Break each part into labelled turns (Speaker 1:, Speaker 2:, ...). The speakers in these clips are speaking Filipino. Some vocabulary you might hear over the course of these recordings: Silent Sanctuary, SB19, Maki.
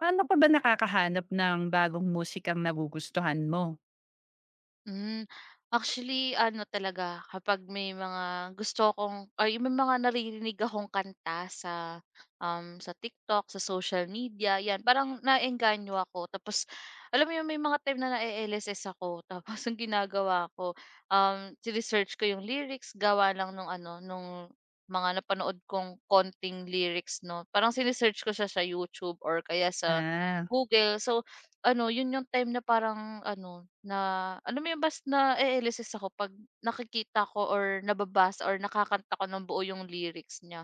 Speaker 1: Paano ka ba nakakahanap ng bagong musikang nagugustuhan mo?
Speaker 2: Hmm, actually ano talaga kapag may mga gusto kong, ay may mga naririnig akong kanta sa TikTok, sa social media, 'yan parang naeengganyo ako tapos alam mo 'yun may mga time na na-e-LSS ako tapos ang ginagawa ko, sine-search ko 'yung lyrics gawa lang nung ano nung mga napanood kong konting lyrics 'no, parang sine-search ko siya sa YouTube or kaya sa
Speaker 1: Ah,
Speaker 2: Google. So ano, yun yung time na parang ano, na alam mo yun bas nae-elisist ako 'pag nakikita ko or nababasa or nakakanta ko ng buo yung lyrics niya,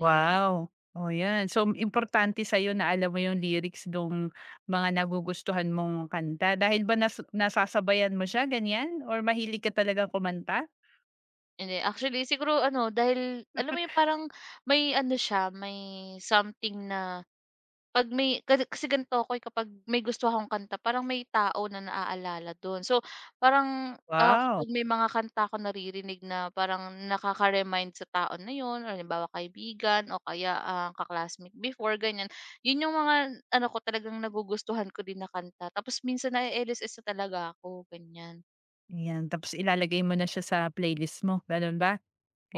Speaker 2: ayan.
Speaker 1: Oh, yan. So, importante sa'yo na alam mo yung lyrics ng mga nagugustuhan mong kanta. Dahil ba nasasabayan mo siya, ganyan? Or mahilig ka talaga kumanta?
Speaker 2: Hindi, actually siguro ano dahil alam mo yung parang may ano siya, may something na 'pag may kasi kasi ganito ako, eh, kapag may gusto akong kanta parang may tao na naaalala dun. So parang, ah,
Speaker 1: Wow!
Speaker 2: kapag may mga kanta akong naririnig na parang nakaka-remind sa tao na yun or halimbawa kaibigan o kaya, ang ka before ganyan, yun yung mga ano ko talagang nagugustuhan ko din na kanta tapos minsan na-e-LSS na talaga ako, ganyan.
Speaker 1: Ayan, tapos ilalagay mo na siya sa playlist mo, ganun ba?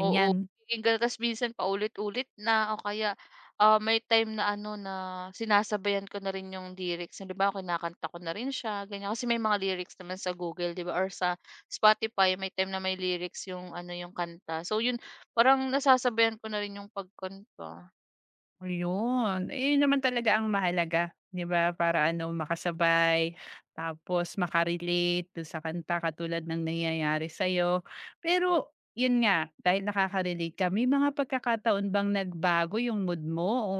Speaker 2: Oo, magiging gano'n ta's minsan paulit-ulit na o kaya, ah, may time na ano na sinasabayan ko na rin yung lyrics. Halimbawa kinakanta ko na rin siya ganyan, kasi may mga lyrics naman sa Google 'di ba or sa Spotify may time na may lyrics yung ano yung kanta. So yun, parang nasasabayan ko na rin yung pagkanta.
Speaker 1: Ayun, yun naman talaga ang mahalaga, 'di ba? Para ano, makasabay, tapos maka-relate doon sa kanta katulad ng nangyayari sa'yo. Pero yun nga, dahil nakaka-relate ka, may mga pagkakataon bang nagbago yung mood mo o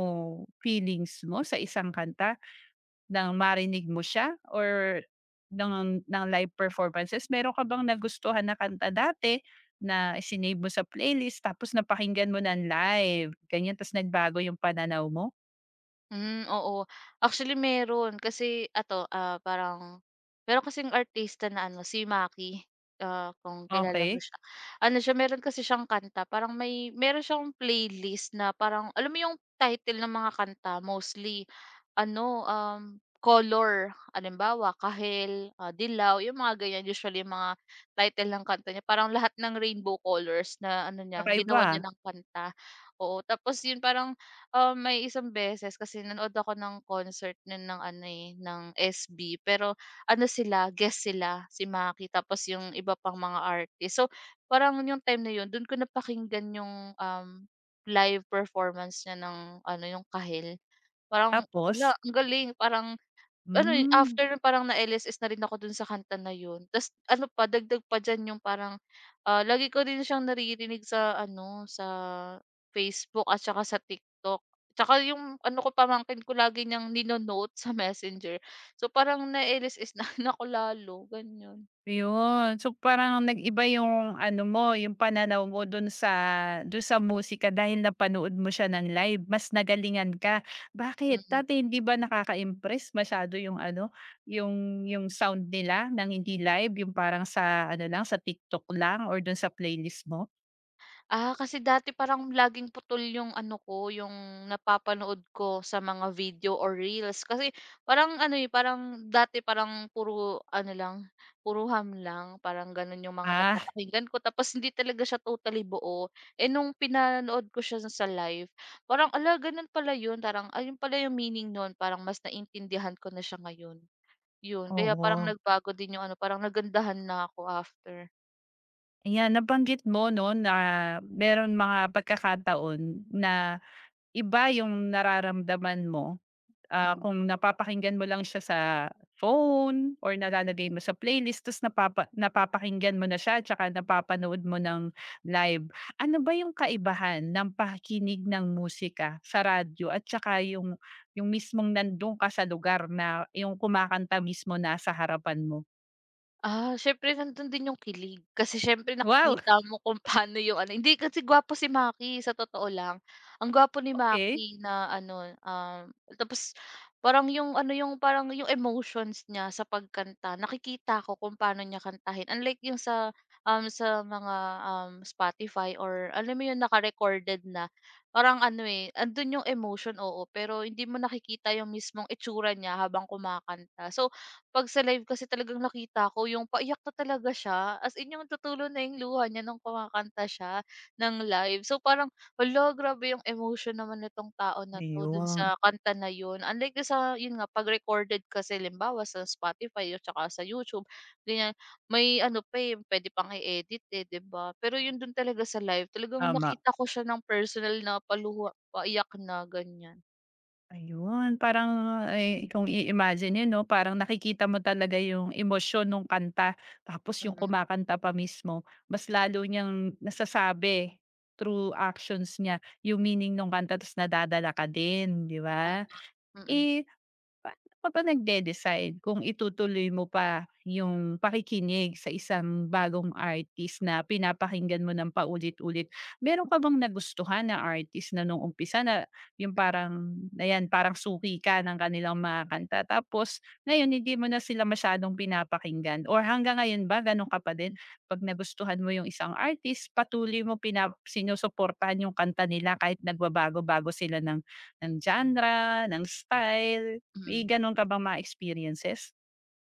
Speaker 1: feelings mo sa isang kanta? Nang marinig mo siya or ng live performances, meron ka bang nagustuhan na kanta dati na isinave mo sa playlist tapos napakinggan mo ng live, ganyan ta's nagbago yung pananaw mo?
Speaker 2: Oo. Actually meron kasi ato, ah, parang meron kasing artista na ano si Maki, ah, kung kilala mo
Speaker 1: Okey,
Speaker 2: siya. Ano siya meron kasi siyang kanta parang may meron siyang playlist na parang alam mo yung title ng mga kanta mostly ano, color. Halimbawa kahel, ah, dilaw, yung mga ganyan usually yung mga title ng kanta niya parang lahat ng rainbow colors na ano niya
Speaker 1: kakaiba.
Speaker 2: ginawa niya ng kanta. Oo, tapos yun parang may isang beses kasi nanood ako ng concert nun ng ano, eh, ng SB pero ano sila, guest sila, si Maki tapos yung iba pang mga artist. So, parang yung time na yun dun ko napakinggan yung, live performance niya ng ano, yung Kahil. Parang, hala
Speaker 1: Tapos?
Speaker 2: ang galing, parang ano, eh,
Speaker 1: Hmm.
Speaker 2: after nun parang na-LSS na rin ako dun sa kanta na yun ta's ano pa dagdag pa diyan yung parang, ah, lagi ko rin siyang naririnig sa ano, sa Facebook at saka sa TikTok. Tsaka yung ano ko, pamangkin ko lagi niyang nino-note sa Messenger. So, parang na-LSS na rin ako lalo, ganyan.
Speaker 1: Ayun. So, parang nag-iba yung ano mo, yung pananaw mo dun sa sa musika dahil napanood mo siya ng live, mas nagalingan ka. Bakit?
Speaker 2: Mm.
Speaker 1: Dati hindi ba nakaka-impress masyado yung ano, yung sound nila ng hindi live, yung parang sa ano lang, sa TikTok lang or dun sa playlist mo?
Speaker 2: Ah, kasi dati parang laging putol yung ano ko, yung napapanood ko sa mga video or reels. Kasi parang ano, eh, parang dati parang puro ano lang, puro ham lang, parang ganun yung mga
Speaker 1: Ah,
Speaker 2: napapakinggan ko. Tapos hindi talaga siya totally buo. Eh nung pinanood ko siya sa live, parang ala, ganun pala yun. Parang ayun pala yung meaning nun. Parang mas naintindihan ko na siya ngayon. Yun. Kaya parang
Speaker 1: oo.
Speaker 2: nagbago din yung ano, parang nagandahan na ako after.
Speaker 1: Ayan, nabanggit mo no na meron mga pagkakataon na iba yung nararamdaman mo. Ah,
Speaker 2: Mm.
Speaker 1: kung napapakinggan mo lang siya sa phone or nalalagay mo sa playlist ta's napapakinggan mo na siya tsaka napapanood mo ng live. Ano ba yung kaibahan ng pakikinig ng musika sa radyo at tsaka yung mismong nando'n ka sa lugar na yung kumakanta mismo nasa harapan mo?
Speaker 2: Ah, siyempre nandun din yung kilig. Kasi siyempre
Speaker 1: Wow,
Speaker 2: nakikita mo kung paano yung ano hindi kasi gwapo si Maki sa totoo lang. Ang gwapo ni
Speaker 1: okay.
Speaker 2: Maki na ano, tapos parang yung ano, yung parang yung emotions niya sa pagkanta nakikita ko kung paano niya kantahin. Unlike yung sa, Spotify or alam mo yun naka-recorded na. Parang ano, eh, andun yung emotion oo, pero hindi mo nakikita yung mismong itsura niya habang kumakanta. So, 'pag sa live kasi talagang nakita ko yung paiyak na talaga siya, as in yung tutulo na yung luha niya nung kumakanta siya ng live. So parang, hala grabe yung emotion naman nitong tao na 'to dun
Speaker 1: Ayun,
Speaker 2: sa kanta na yun. Unlike do'n sa yun nga 'pag recorded kasi halimbawa sa Spotify at saka sa YouTube ganyan, may ano pa, eh, puwede pang i-edit, eh, 'di ba? Pero yun dun talaga sa live talagang
Speaker 1: tama.
Speaker 2: nakita ko siya ng personal na paluha paiyak na ganyan.
Speaker 1: Ayun, parang, kung i-imagine 'yun 'no, parang nakikita mo talaga yung emosyon ng kanta, tapos yung
Speaker 2: Mm,
Speaker 1: kumakanta pa mismo mas lalo niyang nasasabi through actions niya yung meaning ng kanta ta's nadadala ka din, 'di ba?
Speaker 2: tama, mm,
Speaker 1: Eh, Paano ka ba nagde-decide kung itutuloy mo pa yung pakikinig sa isang bagong artist na pinapakinggan mo ng paulit-ulit? Meron ka bang nagustuhan na artist na nung umpisa na yung parang, ayan, parang suki ka ng kanilang mga kanta tapos ngayon hindi mo na sila masyadong pinapakinggan or hanggang ngayon ba gano'n ka pa din? 'Pag nagustuhan mo yung isang artist, patuloy mo sinusuportahan yung kanta nila kahit nagbabago-bago sila ng genre, ng style? May
Speaker 2: mm.
Speaker 1: gano'n ka bang mga experiences?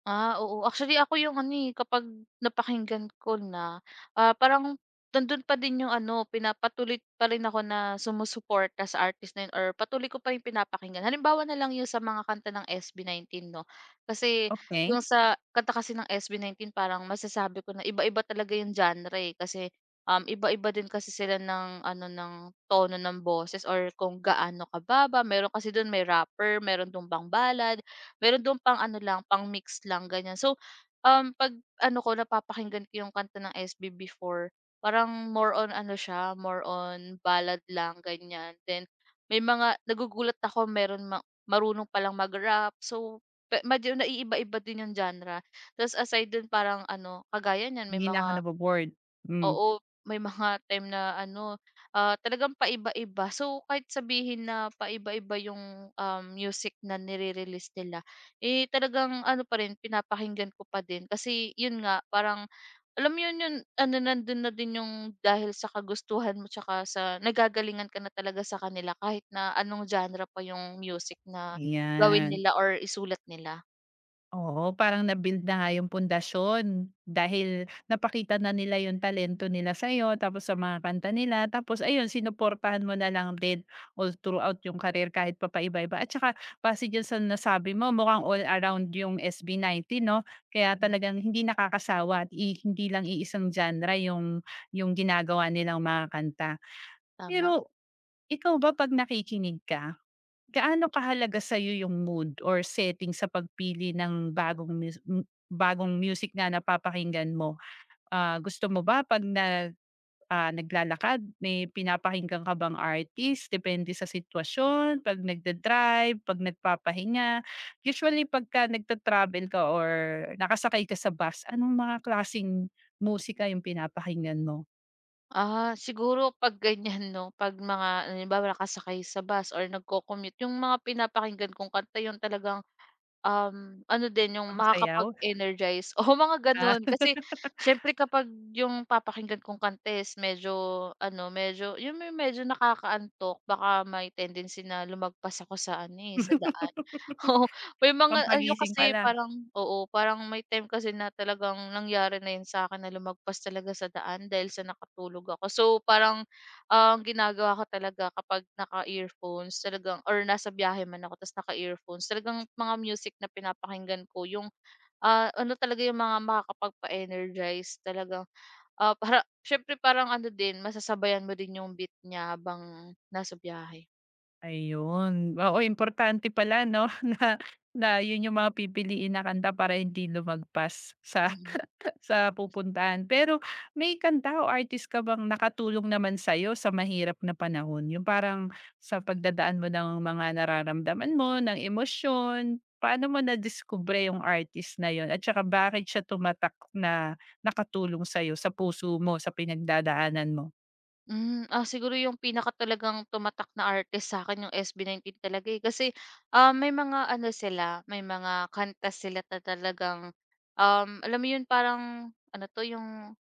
Speaker 2: Ah, oo. Actually ako yung ano, eh, kapag napakinggan ko na, ah, parang nandun pa din yung ano, pinapatuloy pa rin ako na sumusuporta sa artist na yun or patuloy ko pa rin pinapakinggan. Halimbawa na lang yung sa mga kanta ng SB19 'no. Kasi
Speaker 1: Okay,
Speaker 2: yung sa kanta kasi ng SB19 parang masasabi ko na iba-iba talaga yung genre, eh. Kasi, iba-iba din kasi sila ng ano, ng tono ng boses or kung gaano kababa. Meron kasi dun may rapper, meron tumbang ballad. Meron do'n pang ano lang, pang-mix lang ganyan. So, 'pag ano ko napapakinggan ko yung kanta ng SB before, parang more on ano siya, more on ballad lang ganyan. Then may mga nagugulat ako meron ma marunong palang mag-rap. So, pe medyo naiiba-iba din yung genre. Ta's aside do'n parang ano, kagaya niyan may
Speaker 1: hindi na ako
Speaker 2: mga.
Speaker 1: nabo-bored. Hmm,
Speaker 2: Oo, may mga time na ano, ah, talagang paiba-iba. So, kahit sabihin na paiba-iba yung, music na nire-release nila, eh, talagang ano pa rin, pinapakinggan ko pa din. Kasi yun nga, parang alam mo yun, yun ano, nandun na din yung dahil sa kagustuhan mo tsaka sa nagagalingan ka na talaga sa kanila kahit na anong genre pa yung music na gawin
Speaker 1: ayan.
Speaker 2: nila or isulat nila.
Speaker 1: Oo, parang na-build na nga yung pundasyon dahil napakita na nila yung talento nila sa'yo tapos sa mga kanta nila tapos ayun sinuportahan mo na lang din all throughout yung career kahit papaiba-iba at saka base diyan sa nasabi mo mukhang all around yung SB19 'no? Kaya
Speaker 2: Mhm,
Speaker 1: talagang hindi nakakasawa at hindi lang iisang genre yung ginagawa nilang mga kanta.
Speaker 2: tama.
Speaker 1: Pero Ikaw ba 'pag nakikinig ka, gaano kahalaga sa'yo yung mood or setting sa pagpili ng bagong mus m bagong music na napapakinggan mo? Ah, gusto mo ba 'pag naglalakad may pinapakinggan ka bang artist depende sa sitwasyon, 'pag nagda-drive, 'pag nagpapahinga? Usually pagka nagta-travel ka or nakasakay ka sa bus, anong mga klasing musika yung pinapakinggan mo?
Speaker 2: Ah, siguro 'pag ganyan 'no, 'pag mga halimbawa nakasakay sa bus or nagco-commute, yung mga pinapakinggan kong kanta yung talagang. Ano din yung
Speaker 1: Pang sayaw?
Speaker 2: makakapag-energize o mga
Speaker 1: Ah.
Speaker 2: gano'n. Kasi siyempre kapag yung papakinggan kong kanta is medyo ano, medyo yung may medyo nakakaantok baka may tendency na lumagpas ako sa ano, eh, sa daan. Oo, may mga ano
Speaker 1: Pampagising
Speaker 2: kasi
Speaker 1: pala.
Speaker 2: parang oo, parang may time kasi na talagang nangyari na yun sa akin na lumagpas talaga sa daan dahil sa nakatulog ako. So, parang ang ginagawa ko talaga kapag naka-earphones talagang or nasa biyahe man ako ta's naka-earphones, talagang mga music na pinapakinggan ko yung, ano talaga yung mga makakapagpa-energize talagang, ah, para siyempre parang ano din masasabayan mo din yung beat niya habang nasa biyahe.
Speaker 1: Ayun. Oo, importante pala 'no, na na yun yung mga pipiliin na kanta para hindi lumagpas sa
Speaker 2: Mhm. Mm.
Speaker 1: sa pupuntahan. Pero may kanta o artist ka bang nakatulong naman sa'yo sa mahirap na panahon? Yung parang sa pagdadaan mo ng mga nararamdaman mo, ng emosyon, paano mo na discover yung artist na yun at saka bakit siya tumatak na nakatulong sa'yo, sa puso mo, sa pinagdadaanan mo?
Speaker 2: Ah, siguro yung pinaka talagang tumatak na artist sa akin yung SB19 talaga, eh, kasi, ah, may mga ano sila, may mga kanta sila na talagang, um, alam mo yun parang ano 'to yung.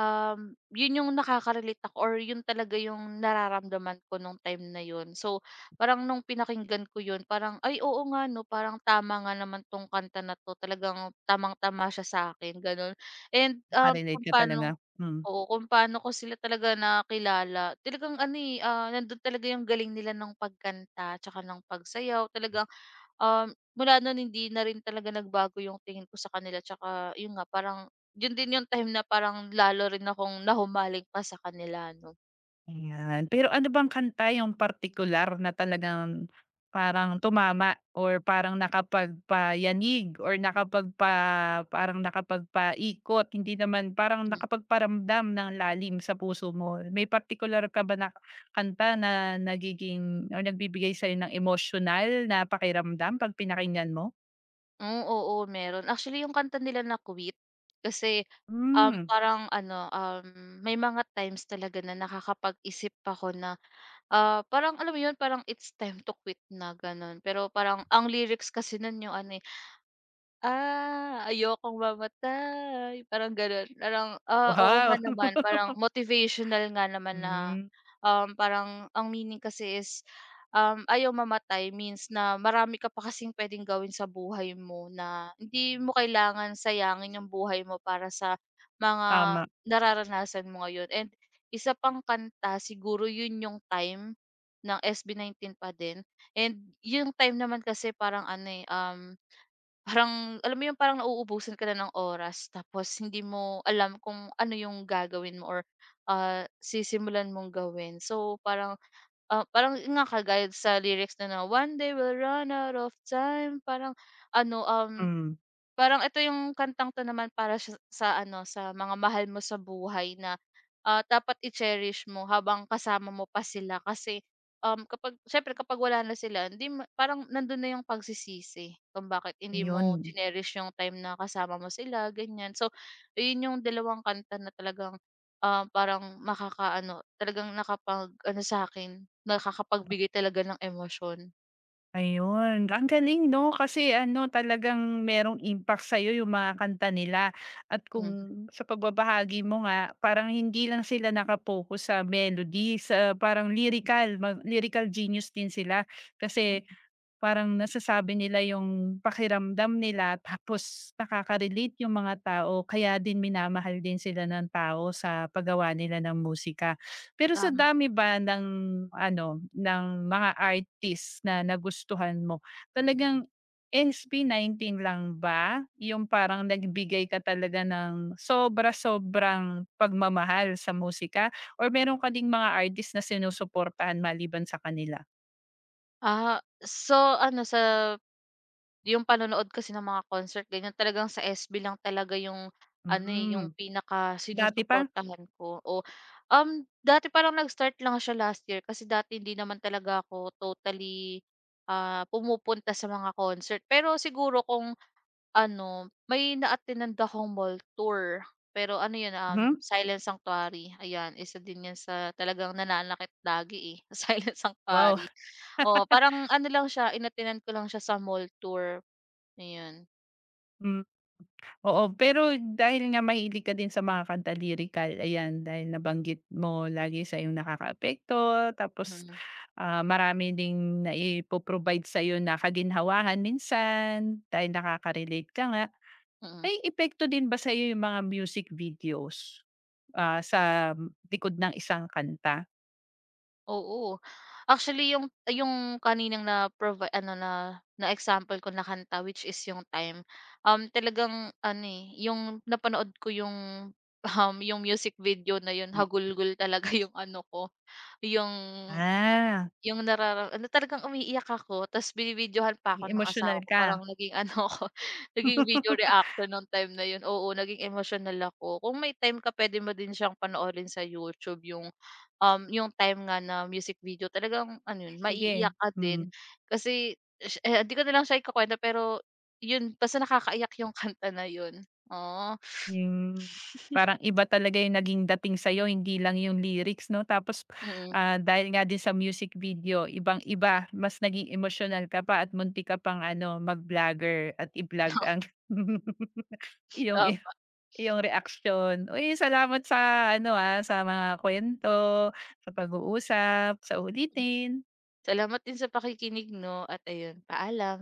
Speaker 2: Yun yung nakaka-relate ako or yun talaga yung nararamdaman ko nung time na yun. So, parang nung pinakinggan ko yun, parang, "Ay, oo nga 'no, parang tama nga naman 'tong kanta na 'to, talagang tamang-tama siya sa akin." Gano'n. And, ah,
Speaker 1: Naka-relate
Speaker 2: kung
Speaker 1: ka talaga?
Speaker 2: paano
Speaker 1: Hmm.
Speaker 2: oo, kung paano ko sila talaga nakilala, talagang ano, eh, ah, nandun talaga yung galing nila ng pagkanta, tsaka ng pagsayaw. Talagang. Mula nun hindi na rin talaga nagbago yung tingin ko sa kanila tsaka yun nga parang yun din yung time na parang lalo rin akong nahumaling pa sa kanila 'no.
Speaker 1: Ayan. Pero ano bang kanta yung partikular na talagang parang tumama or parang nakapagpayanig or parang nakapagpaikot, hindi naman parang
Speaker 2: Hmm.
Speaker 1: nakapagparamdam ng lalim sa puso mo. May partikular ka ba na kanta na nagiging or nagbibigay sa'yo ng emotional na pakiramdam 'pag pinakinggan mo?
Speaker 2: Hmm, oo meron. Actually yung kanta nila na "Quit" kasi, um, hmm,
Speaker 1: Hmm,
Speaker 2: parang ano, um, may mga times talaga na nakakapag-isip ako na, ah, parang alam mo yun parang it's time to quit na gano'n. Pero parang ang lyrics kasi nun yung ano, eh, ah, ayokong mamatay, parang gano'n. Parang, ah, oo nga
Speaker 1: wow.
Speaker 2: naman, parang motivational nga naman na,
Speaker 1: Hmm,
Speaker 2: um, parang ang meaning kasi is, um, ayaw mamatay means na marami ka pa kasing puwedeng gawin sa buhay mo na hindi mo kailangan sayangin yung buhay mo para sa mga
Speaker 1: tama.
Speaker 2: nararanasan mo ngayon. And isa pang kanta siguro yun yung Time ng SB19 pa din and yung Time naman kasi parang ano, eh. Parang alam mo 'yun, parang nauubusan ka na ng oras tapos hindi mo alam kung ano 'yung gagawin mo or, ah, sisimulan mong gawin. So parang, ah, parang 'yun nga kagaya sa lyrics na na, "One day we'll run out of time." Parang ano, um.
Speaker 1: Hmm,
Speaker 2: Parang ito yung kantang 'to naman para siya sa ano, sa mga mahal mo sa buhay na, ah, dapat i-cherish mo habang kasama mo pa sila kasi, um, kapag siyempre kapag wala na sila hindi mo parang nandun na yung pagsisisi kung bakit hindi mo
Speaker 1: ayun.
Speaker 2: cherish yung time na kasama mo sila, ganyan. So, ayun yung dalawang kanta na talagang, ah, parang makakaano, talagang nakapag-ano sa akin nakakapagbigay talaga ng emosyon.
Speaker 1: Ayun, ang galing 'no, kasi ano talagang merong impact sa'yo yung mga kanta nila at kung
Speaker 2: Mm,
Speaker 1: sa pagbabahagi mo nga parang hindi lang sila nakapokus sa melody, sa parang lyrical, lyrical genius din sila kasi parang nasasabi nila yung pakiramdam nila tapos nakaka-relate yung mga tao kaya din minamahal din sila ng tao sa paggawa nila ng musika. Pero sa
Speaker 2: tama.
Speaker 1: dami ba ng ano, ng mga artist na nagustuhan mo, talagang SB19 lang ba yung parang nagbigay ka talaga ng sobra-sobrang pagmamahal sa musika or meron ka ding mga artist na sinusuportahan maliban sa kanila?
Speaker 2: Ah, so ano sa yung panonood kasi ng mga concert ganyan talagang sa SB lang talaga yung ano, eh, yung
Speaker 1: Hmm,
Speaker 2: pinaka
Speaker 1: dati pa?
Speaker 2: sinusuportahan ko o um, dati parang nag-start lang siya last year kasi dati hindi naman talaga ako totally, ah, pumupunta sa mga concert. Pero siguro kung ano, may na-attend-nan akong mall tour, pero ano yun,
Speaker 1: Mhm,
Speaker 2: Silent Sanctuary, ayan, isa din yan sa talagang nananakit lagi, eh, Silent
Speaker 1: wow,
Speaker 2: Sanctuary. Oo, parang ano lang siya, inatinan ko lang siya sa mall tour, ayun.
Speaker 1: hmm, oo. Pero dahil nga mahilig ka din sa mga kanta lirikal, ayan, dahil nabanggit mo lagi sa'yong nakakaapekto tapos,
Speaker 2: Mm,
Speaker 1: marami ding naipo-provide sa'yo na kaginhawahan minsan dahil nakaka-relate ka nga.
Speaker 2: mm.
Speaker 1: May epekto din ba sa'yo yung mga music videos, sa likod ng isang kanta?
Speaker 2: Oo, actually yung kaninang na-provi ano na na example ko na kanta which is yung "Time", um, talagang ano, eh, yung napanood ko yung, yung music video na yun hagulgol talaga yung ano ko, yung.
Speaker 1: Ah,
Speaker 2: Yung narara ano talagang umiiyak ako tapos binibidyohan pa ako ng
Speaker 1: emotional
Speaker 2: asawa ko
Speaker 1: ka.
Speaker 2: parang naging ano ako, naging video reaction nung time na yun, oo naging emotional ako. Kung may time ka pwede mo din siyang panoorin sa YouTube, yung time nga na music video talagang ano yun maiiyak
Speaker 1: Sige,
Speaker 2: ka din
Speaker 1: hmm.
Speaker 2: kasi ish eh, hindi ko na lang siya ikukuwento pero yun basta nakakaiyak yung kanta na yun. Oo,
Speaker 1: Yung parang iba talaga yung naging dating sa'yo hindi lang yung lyrics 'no? Tapos,
Speaker 2: mm,
Speaker 1: dahil nga din sa music video ibang-iba mas naging emotional ka pa at muntik ka pang ano mag-vlogger at i-vlog ang iyong
Speaker 2: tama.
Speaker 1: iyong reaction. Uy, salamat sa sa mga kuwento, sa pag-uusap, sa ulitin
Speaker 2: Salamat din sa pakikinig 'no at ayun, paalam.